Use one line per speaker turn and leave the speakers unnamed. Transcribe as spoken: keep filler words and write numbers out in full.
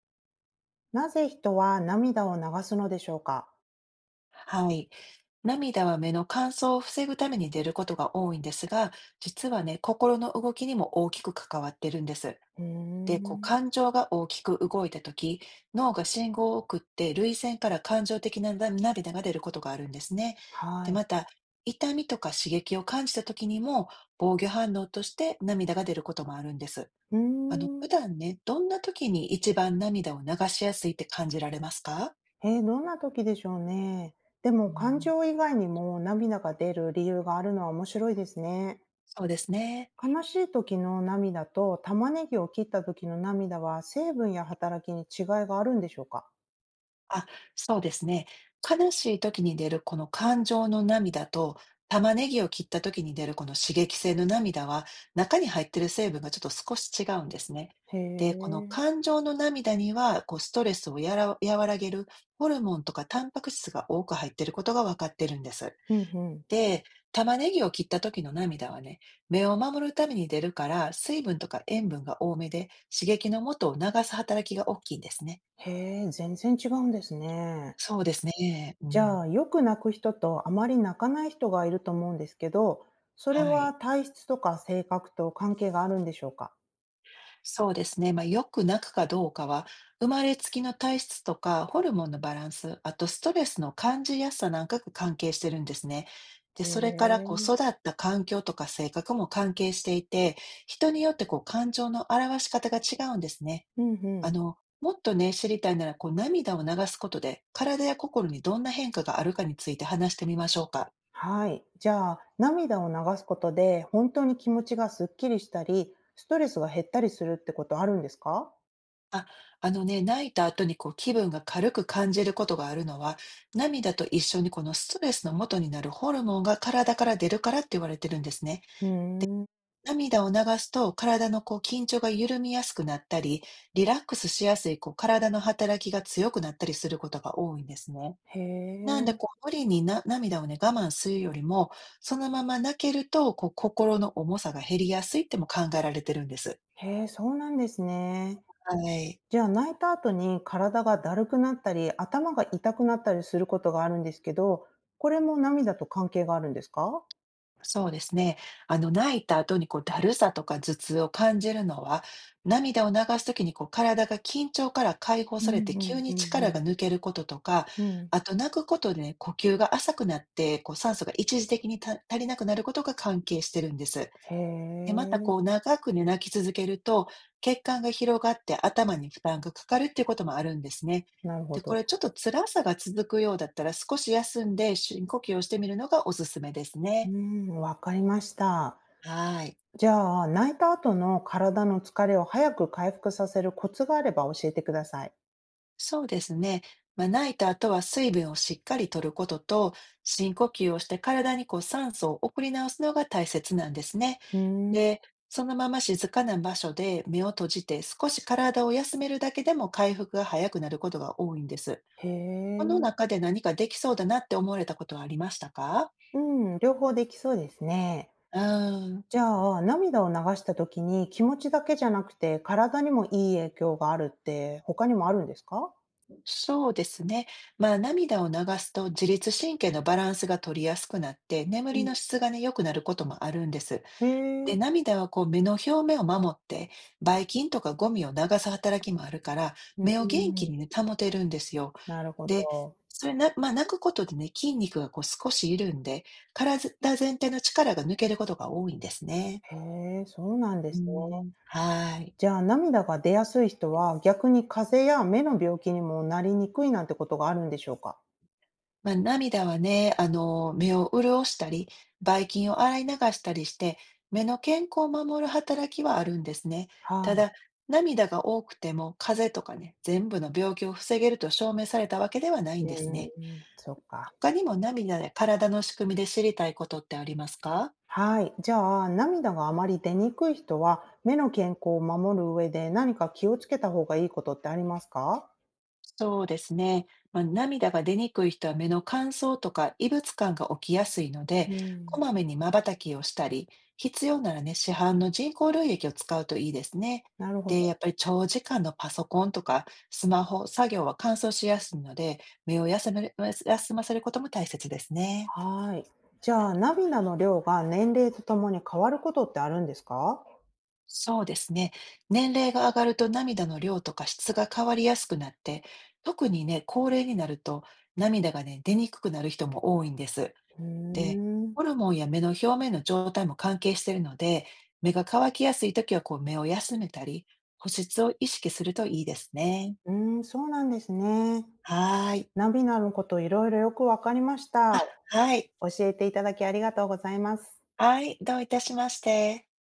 なぜ人は涙を流すのでしょうか？
はい。涙は目の乾燥を防ぐために出ることが多いんですが、実はね、心の動きにも大きく関わってるんです。
うー
で、こう、
ん。
感情が大きく動いたとき、脳が信号を送って、涙腺から感情的なな涙が出ることがあるんですね。
は
で、
い。
また、痛みとか刺激を感じたときにも、防御反応として涙が出ることもあるんです。
うー
あの、普
ん。
段ね、どんなときに一番涙を流しやすいって感じられますか？
えーどんな時でしょうね。でも
う
感
ん、
情以外にも涙が出る理由があるのは面白いですね。
そうですね。
悲しい時の涙と玉ねぎを切った時の涙は成分や働きに違いがあるんでしょうか？
あ、そうですね。悲しい時に出るこの感情の涙と、玉ねぎを切った時に出るこの刺激性の涙は、中に入ってる成分がちょっと少し違うんですね。
へ
で、この
え。
感情の涙には、こうストレスをやら和らげるホルモンとかタンパク質が多く入っていることが分かってるんです。
うんうん。
で、玉ねぎを切った時の涙はね、目を守るために出るから、水分とか塩分が多めで、刺激の元を流す働きが大きいんですね。
へえ、全然違うんですね。
そうですね。う
じゃ
ん。
あ、よく泣く人とあまり泣かない人がいると思うんですけど、それ
は
は
い。
体質とか性格と関係があるんでしょうか？
そうですね。まあ、良くなくかどうかは、生まれつきの体質とか、ホルモンのバランス、あとストレスの感じやすさなんかが関係してるんですね。で、
へ
それからこう
え。
育った環境とか性格も関係していて、人によってこう感情の表し方が違うんですね。
うんう
あ
ん。
の、もっとね、知りたいなら、こう涙を流すことで、体や心にどんな変化があるかについて話してみましょうか。
はい。じゃあ、涙を流すことで本当に気持ちがすっきりしたり、ストレスが減ったりするってことあるんですか？
あ、あのね、泣いた後にこう気分が軽く感じることがあるのは、涙と一緒にこのストレスの元になるホルモンが体から出るからって言われてるんですね。
うーん。
涙を流すと体のこう緊張が緩みやすくなったり、リラックスしやすいこう体の働きが強くなったりすることが多いんですね。
へ
なんで
え。
こう無理にな涙をね我慢するよりも、そのまま泣けるとこう心の重さが減りやすいっても考えられてるんです。
へえ、そうなんですね。
はい。
じゃあ、泣いた後に体がだるくなったり、頭が痛くなったりすることがあるんですけど、これも涙と関係があるんですか？
そうですね。あの、泣いた後にこう、だるさとか頭痛を感じるのは、涙を流すときにこう、体が緊張から解放
う
さ
ん
れて
う
急
んう
に
んう
力が
ん。
抜けることとか、
うん。
あと泣くことでね、呼吸が浅くなって、こう、酸素が一時的にた足りなくなることが関係してるんです。
へ
で、また
え、
こう、長くね、泣き続けると、血管が広がって頭に負担がかかるっていうこともあるんですね。
なるほ
で、こ
ど。
れちょっと辛さが続くようだったら少し休んで深呼吸をしてみるのがおすすめです
う
ね。
ーん、わかりました。
はい。
じゃあ、泣いた後の体の疲れを早く回復させるコツがあれば教えてください。
そうですね。まあ、泣いた後は水分をしっかりとることと、深呼吸をして体にこう酸素を送り直すのが大切なんですね。
うーん。
で、そのまま静かな場所で目を閉じて少し体を休めるだけでも回復が早くなることが多いんです。
へ
この
え。
中で何かできそうだなって思われたことはありましたか？
うん、両方できそうですね。
うーん、
じゃあ、涙を流した時に気持ちだけじゃなくて、体にもいい影響があるって他にもあるんですか？
そうですね。まあ涙を流すと自律神経のバランスが取りやすくなって眠
う
り
ん。
の質がね、良くなることもあるんです。
へ
で、
え。
涙はこう目の表面を守って、ばい菌とかゴミを流す働きもあるから、
うー
目を元気
ん、
にね、保てるんですよ。
なるほ
で、
ど。
それな、まあ、泣くことでね、筋肉がこう少し緩んで、体全体の力が抜けることが多いんですね。
へえ、そうなんで
う
すね。
ん、はい。
じゃあ、涙が出やすい人は、逆に風邪や目の病気にもなりにくいなんてことがあるんでしょうか？
まあ、涙はね、あの、目を潤したり、ばい菌を洗い流したりして、目の健康を守る働きはあるんですね。
は
た
い。
だ、涙が多くても風邪とかね、全部の病気を防げると証明されたわけではないんで
う
すね。
ん、そっか。
他にも涙で体の仕組みで知りたいことってありますか？
はい。じゃあ、涙があまり出にくい人は、目の健康を守る上で何か気をつけた方がいいことってありますか？
そうですね。まあ、涙が出にくい人は目の乾燥とか異物感が起きやすいので、
う
こ
ん、
まめに瞬きをしたり、必要ならね、市販の人工涙液を使うといいですね。
なるほ
で、
ど。
やっぱり長時間のパソコンとかスマホ作業は乾燥しやすいので、目を休める、ま休ませることも大切ですね。
はい。じゃあ、涙の量が年齢とともに変わることってあるんですか？
そうですね。年齢が上がると涙の量とか質が変わりやすくなって、特にね、高齢になると涙がね、出にくくなる人も多いんです。
うー
で、
ん、
ホルモンや目の表面の状態も関係しているので、目が乾きやすいときはこう目を休めたり、保湿を意識するといいですね。
うーん、そうなんですね。
はーい。
涙のこといろいろよくわかりました。
あ、はい。
教えていただきありがとうございます。
はい、どういたしまして。